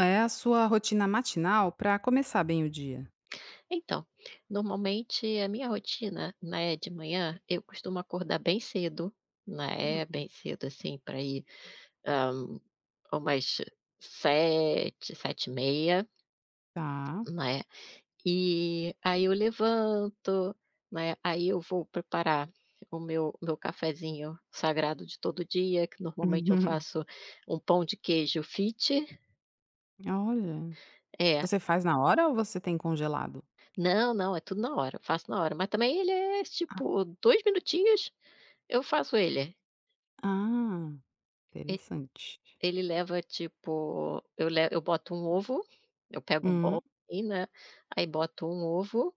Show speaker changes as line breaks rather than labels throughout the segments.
É a sua rotina matinal para começar bem o dia?
Então, normalmente a minha rotina, né, de manhã, eu costumo acordar bem cedo, né,
Hum.
bem cedo assim para ir, hã, umas sete, sete 7 h,
Tá.
né. E aí eu levanto, né, aí eu vou preparar o meu cafezinho sagrado de todo dia, que normalmente eu faço um pão de queijo fit.
Olha,
É,
você faz na hora ou você tem congelado?
não, não, é tudo na hora, eu faço na hora, mas também ele é tipo 2 minutinhos. Eu faço ele.
Ah,
E
interessante.
ele leva, tipo, eu boto um ovo, eu pego um
Hum,
bowl, aí, né, aí boto um ovo,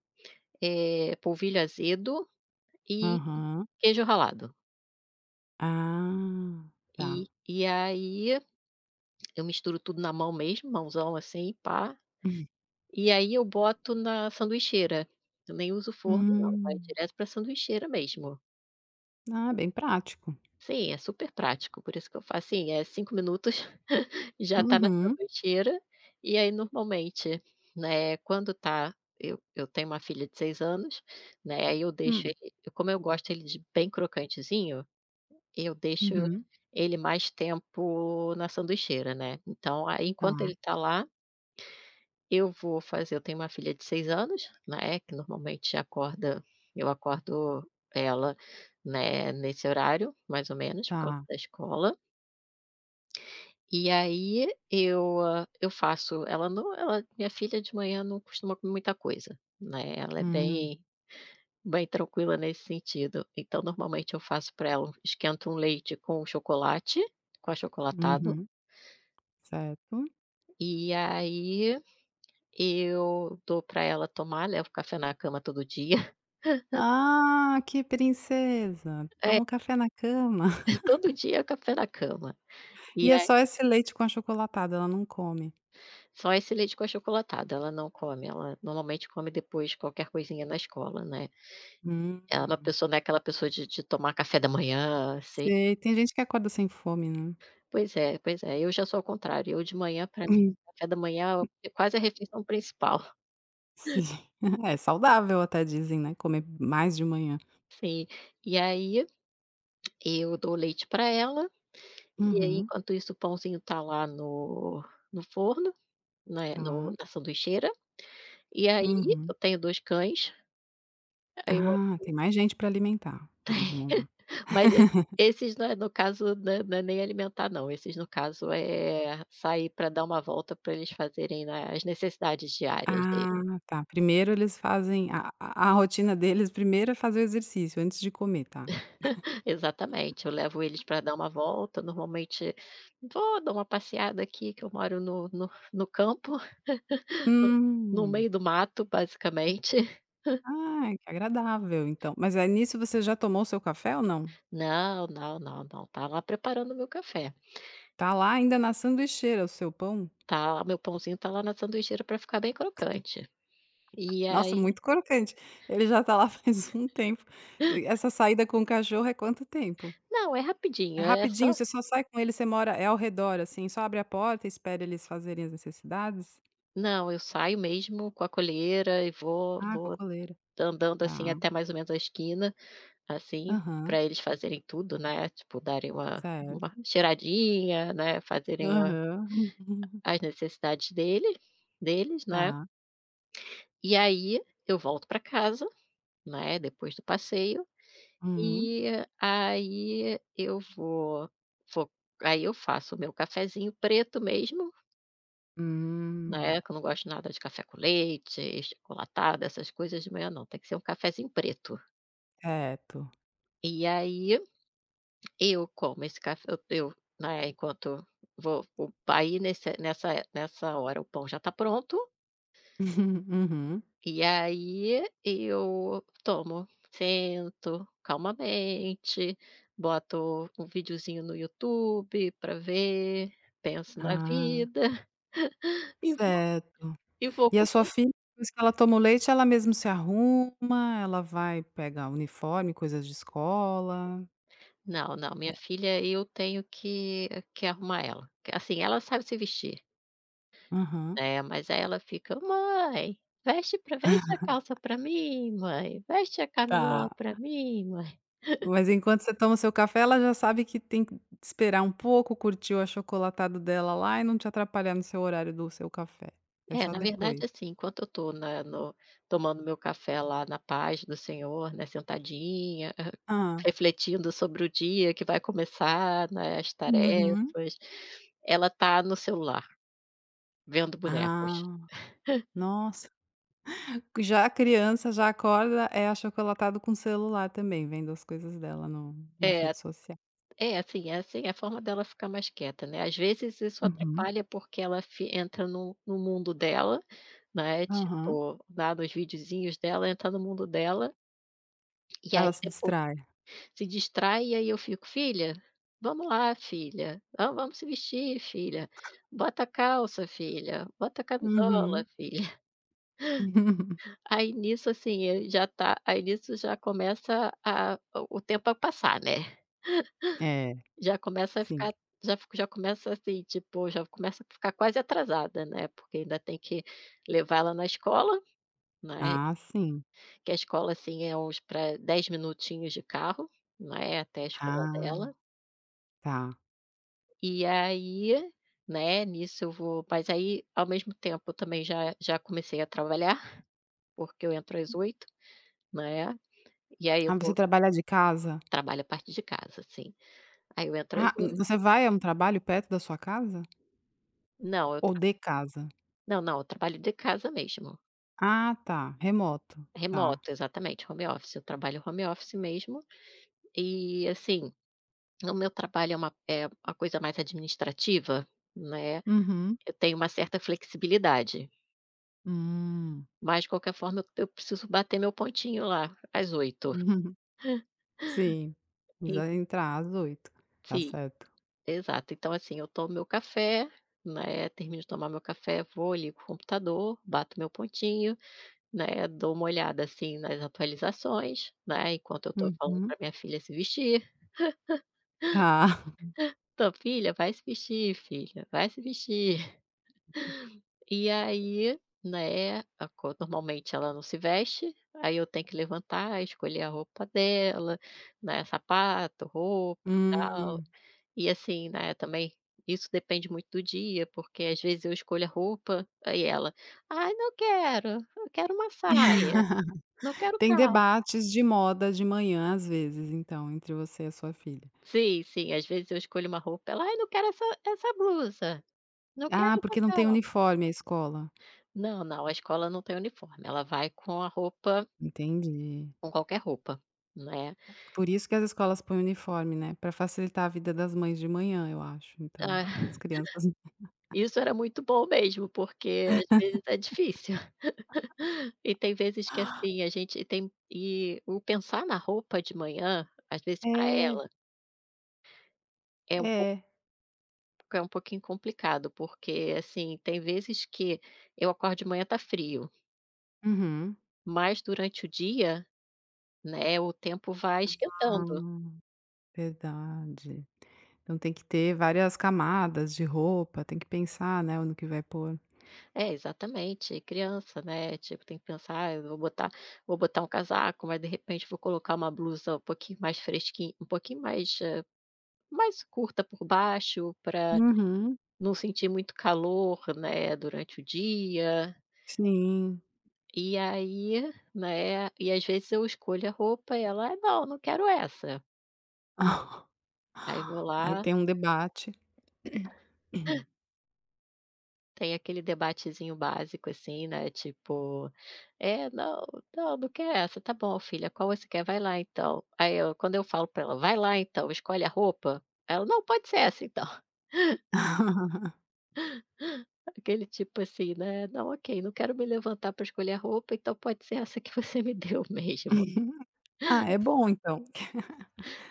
polvilho azedo e
aham.
queijo ralado.
Ah, tá.
E aí eu misturo tudo na mão mesmo, mãozão assim, pá, e aí eu boto na sanduicheira. Eu nem uso forno não, vai
Hum.
direto pra sanduicheira mesmo.
Ah, bem prático.
Sim, é super prático, por isso que eu faço, assim, é 5 minutos, já tá na
Uhum.
sanduicheira, e aí normalmente, né, quando tá eu tenho uma filha de 6 anos, né, aí eu deixo
Hum.
ele como eu gosto ele de bem crocantezinho, eu deixo
Uhum.
ele mais tempo na sanduicheira, né. Então aí
Tá,
enquanto ele tá lá, eu vou fazer eu tenho uma filha de 6 anos, né, que normalmente acorda eu acordo ela, né, nesse horário, mais ou menos, por causa
tá.
da escola. E aí eu, eu faço ela não ela minha filha, de manhã, não costuma comer muita coisa, né, ela é
Hum.
bem tranquila nesse sentido. Então, normalmente eu faço para ela esquento um leite com chocolate, com achocolatado,
Uhum. Certo.
e aí eu dou para ela tomar, levo café na cama todo dia.
Ah, que princesa!
É,
Toma o café na cama.
todo dia é café na cama.
E
E
é
aí
só esse leite com achocolatado, ela não come.
só esse leite com achocolatado, ela não come, ela normalmente come depois qualquer coisinha na escola, né. Ela é uma
Hum,
pessoa, não é aquela pessoa de tomar café da manhã, assim.
sei, tem gente que acorda sem fome, né.
Pois é, eu já sou ao contrário, eu de manhã, para mim,
Hum.
café da manhã é quase a refeição principal.
Sim. É saudável até dizem, né, comer mais de manhã.
Sim. E aí, eu dou leite para ela, e aí
Uhum,
enquanto isso o pãozinho tá lá no no forno, né, no
tá.
na sanduicheira, e aí
Uhum.
eu tenho 2 cães, aí eu
Ah, tem mais gente para alimentar. Então vamos lá.
mas esses, não é, no caso não é nem alimentar não, esses no caso é sair para dar uma volta para eles fazerem, né, as necessidades diárias
Ah,
deles.
tá, primeiro eles fazem a rotina deles, primeiro é fazer o exercício antes de comer, tá.
Exatamente, eu levo eles para dar uma volta, normalmente dar uma passeada aqui, que eu moro no no campo, no
Hum.
meio do mato basicamente.
Ah, que agradável então. Mas aí nisso você já tomou o seu café ou não?
Não, não, não, não, tá lá preparando o meu café,
Tá lá ainda na sanduicheira o seu pão?
tá meu pãozinho tá lá na sanduicheira para ficar bem crocante. E
Nossa,
aí
muito crocante. Ele já tá lá faz um tempo. Essa saída com o cachorro é quanto tempo?
não, é
É
rapidinho, é
rapidinho,
só.
você só sai com ele, você mora é ao redor, assim, só abre a porta e espera eles fazerem as necessidades?
Não, eu saio mesmo com a colheira e vou
Ah, com a
vou
coleira.
andando,
Tá.
assim, até mais ou menos a esquina. Assim,
Aham.
para eles fazerem tudo, né, tipo darem uma
Certo.
cheiradinha, né, fazerem a
Aham.
as necessidades deles, né.
Tá.
E aí eu volto para casa, né, depois do passeio,
Uhum.
e aí eu vou vou aí eu faço o meu cafezinho preto mesmo,
Hum.
né, que eu não gosto nada de café com leite, achocolatado, essas coisas de manhã não, tem que ser um cafezinho preto.
Certo.
E aí eu como esse café, né, enquanto vou o aí nesse, nessa hora, o pão já está pronto,
Uhum.
e aí eu tomo, sento calmamente, boto um videozinho no YouTube para ver, penso na
Ah,
vida e vou,
certo. E a sua
comer.
filha, depois que ela toma o leite, ela mesmo se arruma, ela vai pegar uniforme, coisas de escola?
Não, não, minha filha, eu tenho que arrumar ela, assim, ela sabe se vestir.
Aham.
É, mas aí ela fica: "Mãe, veste a calça pra mim, mãe, veste a
Tá.
camisola pra mim, mãe".
Mas enquanto você toma o seu café, ela já sabe que tem que esperar um pouco, curtir o achocolatado dela lá e não te atrapalhar no seu horário do seu café. É
É,
só
na
depois.
verdade, assim, enquanto eu tô na no tomando meu café lá na paz do Senhor, né, sentadinha,
Ah.
refletindo sobre o dia que vai começar, né, as
Uhum.
tarefas, ela tá no celular, vendo bonecos.
Ah, nossa. Já a criança já acorda, é achocolatado com celular também, vendo as coisas dela no nas
É.
redes sociais.
É, assim é assim, é a forma dela ficar mais quieta, né, às vezes isso
Uhum.
atrapalha, porque ela fi entra no mundo dela, né,
Aham.
tipo, dá nos videozinhos dela, entra no mundo dela, e aí
Ela se
depois
distrai.
se distrai, e aí eu fico: "Filha, vamos lá, filha, va vamos se vestir, filha, bota a calça, filha, bota a camisola,
Uhum.
filha". Aí nisso, assim, ele já tá aí nisso já começa a o tempo a passar, né.
É,
Já começa a
sim.
ficar já começa, assim, tipo, já começa a ficar quase atrasada, né, porque ainda tem que levar ela na escola, né,
Ah, sim.
que a escola, assim, é uns para 10 minutinhos de carro, né, até a escola
Ah,
dela.
tá.
E aí, né, nisso eu vou mas aí, ao mesmo tempo, eu também já comecei a trabalhar, porque eu entro às oito, né, e aí eu
Ah, você
vou
trabalha de casa?
trabalho a partir de casa, assim. Aí eu entro às
Ah,
oito.
você vai a um trabalho perto da sua casa?
Não, eu
Ou
tra
de casa?
não, não, eu trabalho de casa mesmo.
Ah, tá, remoto, tá.
Remoto, exatamente, home office. Eu trabalho home office mesmo. E, assim, o meu trabalho é uma coisa mais administrativa, né,
Uhum.
eu tenho uma certa flexibilidade,
Hum.
mas de qualquer forma eu preciso bater meu pontinho lá às 8.
Sim,
E
precisa entrar às 8h, tá
sim,
certo.
exato. Então, assim, eu tomo meu café, né, termino de tomar meu café, vou, ligo o computador, bato meu pontinho, né, dou uma olhada, assim, nas atualizações, né, enquanto eu estou falando
Uhum.
para minha filha se vestir.
Tá.
Tua filha vai se vestir, filha, vai se vestir. E aí, né, a co normalmente ela não se veste, aí eu tenho que levantar, escolher a roupa dela, né, sapato, roupa e tal.
Hum.
E assim, né, também isso depende muito do dia, porque às vezes eu escolho a roupa, aí ela: "Ai, não quero, eu quero uma saia, não quero
Tem
calça".
debates de moda de manhã às vezes então, entre você e a sua filha.
Sim, sim, às vezes eu escolho uma roupa, ela: "Ai, não quero essa blusa, não quero
Ah,
essa
porque não tem
calça".
uniforme a escola.
Não, não, a escola não tem uniforme, ela vai
Entendi.
com qualquer roupa, né.
Por isso que as escolas põem uniforme, né, para facilitar a vida das mães de manhã, eu acho, então,
Ah,
as crianças.
isso era muito bom mesmo, porque às vezes é difícil. E tem vezes que, assim, a gente tem e o pensar na roupa de manhã, às vezes, para
É,
ela, é um pouco
é.
é um pouquinho complicado, porque, assim, tem vezes que eu acordo de manhã, tá frio,
Uhum.
mas durante o dia, né, o tempo vai esquentando.
Ah, verdade. Então tem que ter várias camadas de roupa, tem que pensar, né, no que vai pôr.
É, exatamente, criança, né, tipo, tem que pensar: "Ah, eu vou botar um casaco, mas de repente vou colocar uma blusa um pouquinho mais fresquinha, um pouquinho mais, mais curta por baixo, para
Uhum,
não sentir muito calor, né, durante o dia".
sim.
E aí, né, e às vezes eu escolho a roupa e ela: "Ah, não, não quero essa". Aí vou
Aí
lá
tem um debate.
Tem aquele debatezinho básico, assim, né, tipo: "É, não, não, não quer essa. Tá bom, filha, qual você quer? Vai lá então". Aí eu quando eu falo pra ela: "Vai lá então, escolhe a roupa", ela: "Não, pode ser essa então". Aquele tipo assim, né: "Não, ok, não quero me levantar pra escolher a roupa, então pode ser essa que você me deu mesmo".
Ah, é bom então.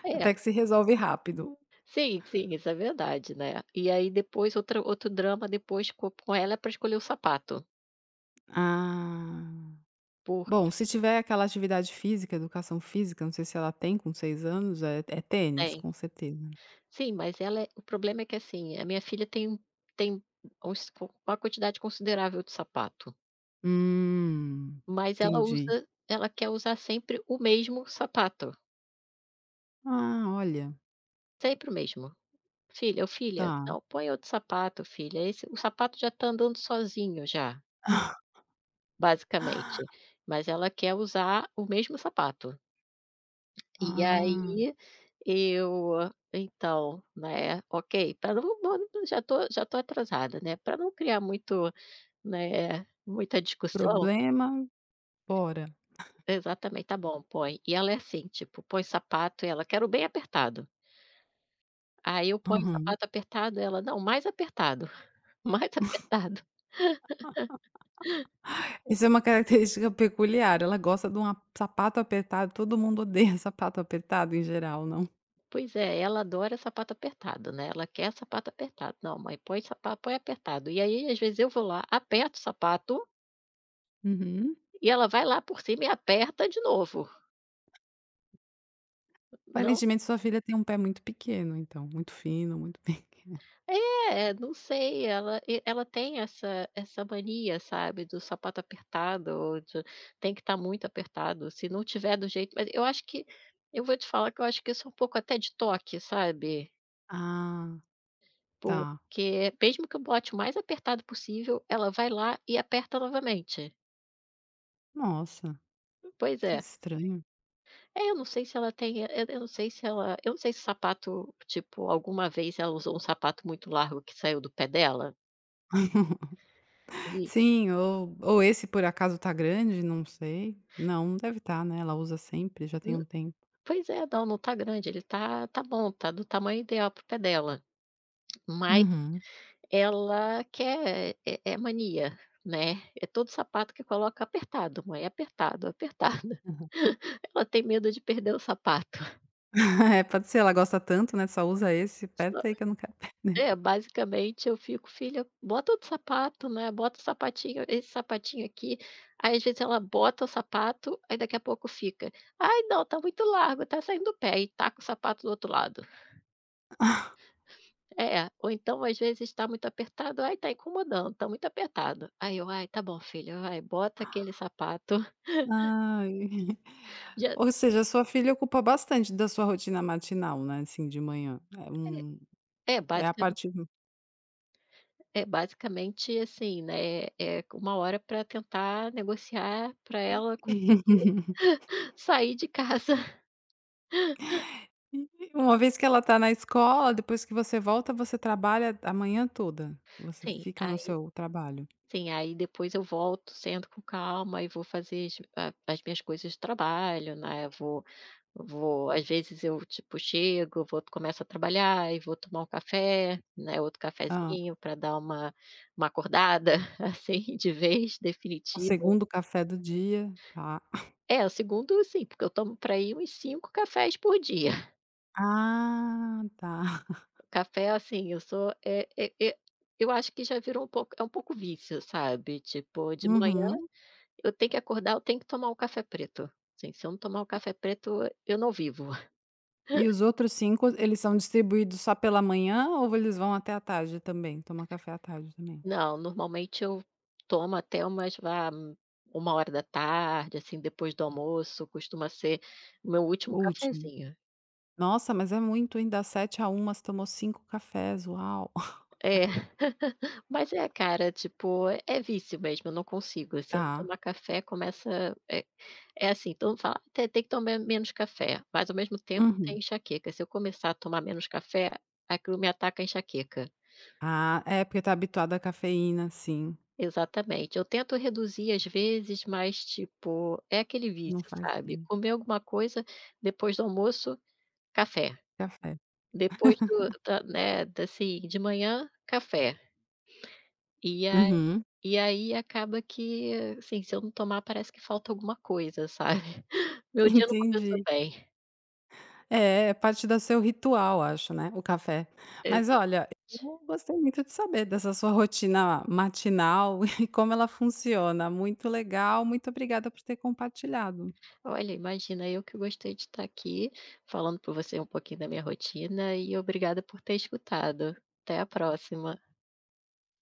É,
Até que se resolve rápido.
sim, sim, isso é verdade, né. E aí depois outra outro drama depois co com ela é pra escolher o sapato,
Ah.
porque
Bom, se tiver aquela atividade física, educação física, não sei se ela tem com 6 anos, é tênis,
tem.
com certeza.
Sim, mas ela é o problema é que, assim, a minha filha tem, tem uns, uma quantidade considerável de sapato,
Hum,
mas
entendi.
ela quer usar sempre o mesmo sapato,
Ah, olha,
sempre o mesmo. "Filha, ô filha,
tá.
não, põe outro sapato, filha, esse o sapato já tá andando sozinho já", basicamente, mas ela quer usar o mesmo sapato. E
Ah,
aí, eu então, né, ok, para não, não, já tô atrasada, né. Para não criar muito, né, muita discussão,
problema, bora.
exatamente, tá bom, põe. E ela é assim, tipo, põe sapato e ela: "Quero bem apertado". Aí eu ponho
Aham.
sapato apertado, ela: "Não, mais apertado, mais apertado".
Isso é uma característica peculiar, ela gosta de um a sapato apertado, todo mundo odeia sapato apertado em geral, não?
Pois é, ela adora sapato apertado, né, ela quer sapato apertado. "Não, mãe, põe apertado". E aí, às vezes, eu vou lá, aperto o sapato
Uhum.
e ela vai lá por cima e aperta de novo. Não.
Aparentemente sua filha tem um pé muito pequeno então, muito fino, muito pequeno.
É, não sei, ela tem essa mania, sabe, do sapato apertado, ou de tem que estar muito apertado, se não tiver do jeito, mas eu acho que eu vou te falar que eu acho que isso é um pouco até de toque, sabe,
Ah, tá.
porque mesmo que eu bote o mais apertado possível, ela vai lá e aperta novamente.
Nossa,
Pois
que
é.
estranho.
É, eu não sei se ela tem, eu não sei se ela, eu não sei se sapato, tipo, alguma vez ela usou um sapato muito largo que saiu do pé dela, e.
Sim, ou esse por acaso tá grande, não sei. Não, não deve estar, né, ela usa sempre, já tem um tempo.
Pois é, não, não tá grande, ele tá bom, tá do tamanho ideal para o pé dela, mas
Uhum.
ela quer, é mania, né, é todo sapato que coloca apertado, mãe, apertado, apertado. Ela tem medo de perder o sapato.
É, pode ser, ela gosta tanto, né, só usa esse,
Só
aperta aí que eu não quero perder.
é, basicamente eu fico: "Filha, bota outro sapato, né, bota o sapatinho esse sapatinho aqui", aí às vezes ela bota o sapato, aí daqui a pouco fica: "Ai, não, tá muito largo, tá saindo do pé", e taca o sapato do outro lado. É, ou então às vezes está muito apertado: "Ai, tá incomodando, está muito apertado". Aí eu: "Ai, tá bom, filho, vai, bota aquele sapato".
Ai.
Já
Ou seja, sua filha ocupa bastante da sua rotina matinal, né, assim, de manhã. É
é
um
é
é a
basica
parte.
é basicamente assim, né, é uma hora para tentar negociar para ela conseguir sair de casa.
E uma vez que ela tá na escola, depois que você volta, você trabalha a manhã toda? Você
Sim,
fica no
aí
seu trabalho?
sim, aí depois eu volto, sento com calma e vou fazer as minhas coisas de trabalho, né, vou. Às vezes eu, tipo, chego, vou começo a trabalhar e vou tomar um café, né, outro
Hã.
cafezinho para dar uma acordada, assim, de vez,
O
definitiva.
segundo café do dia, tá.
É, o segundo sim, porque eu tomo para aí uns 5 cafés por dia.
Ah, tá.
Café, assim, eu sou eh eh eh, eu acho que já virou um pouco, é um pouco vício, sabe, tipo, de manhã
Uhum.
eu tenho que acordar, eu tenho que tomar um café preto. Assim, se eu não tomar um café preto, eu não vivo.
E os outros cinco, eles são distribuídos só pela manhã ou eles vão até à tarde também? Toma café à tarde também?
Não, normalmente eu tomo até umas, uma hora da tarde, assim, depois do almoço, costuma ser o meu último
O último.
cafezinho.
Nossa, mas é muito, hein, das 7h à 13h você tomou cinco cafés, uau.
É. Mas é, cara, tipo, é vício mesmo, eu não consigo. Se eu não
Tá.
tomar café, começa, é assim, então fala: "Ah, "Te tem que tomar menos café", mas ao mesmo tempo tem
Uhum.
enxaqueca. Se eu começar a tomar menos café, aquilo me ataca a enxaqueca.
Ah, é porque tá habituada à cafeína, sim.
Exatamente. Eu tento reduzir às vezes, mas, tipo, é aquele
Não
vício,
faz
sabe,
bem.
comer alguma coisa, depois do almoço, café,
Café.
depois do da, né, da, assim, de manhã, café. E a
Uhum.
e aí acaba que, assim, se eu não tomar, parece que falta alguma coisa, sabe. Meu dia não começou
Entendi.
bem.
É, é parte do seu ritual, acho, né, o café. Mas
Exato.
olha, eu gostei muito de saber dessa sua rotina matinal e como ela funciona. Muito legal, muito obrigada por ter compartilhado.
Olha, imagina, eu que gostei de estar aqui, falando por você um pouquinho da minha rotina, e obrigada por ter escutado. Até a próxima.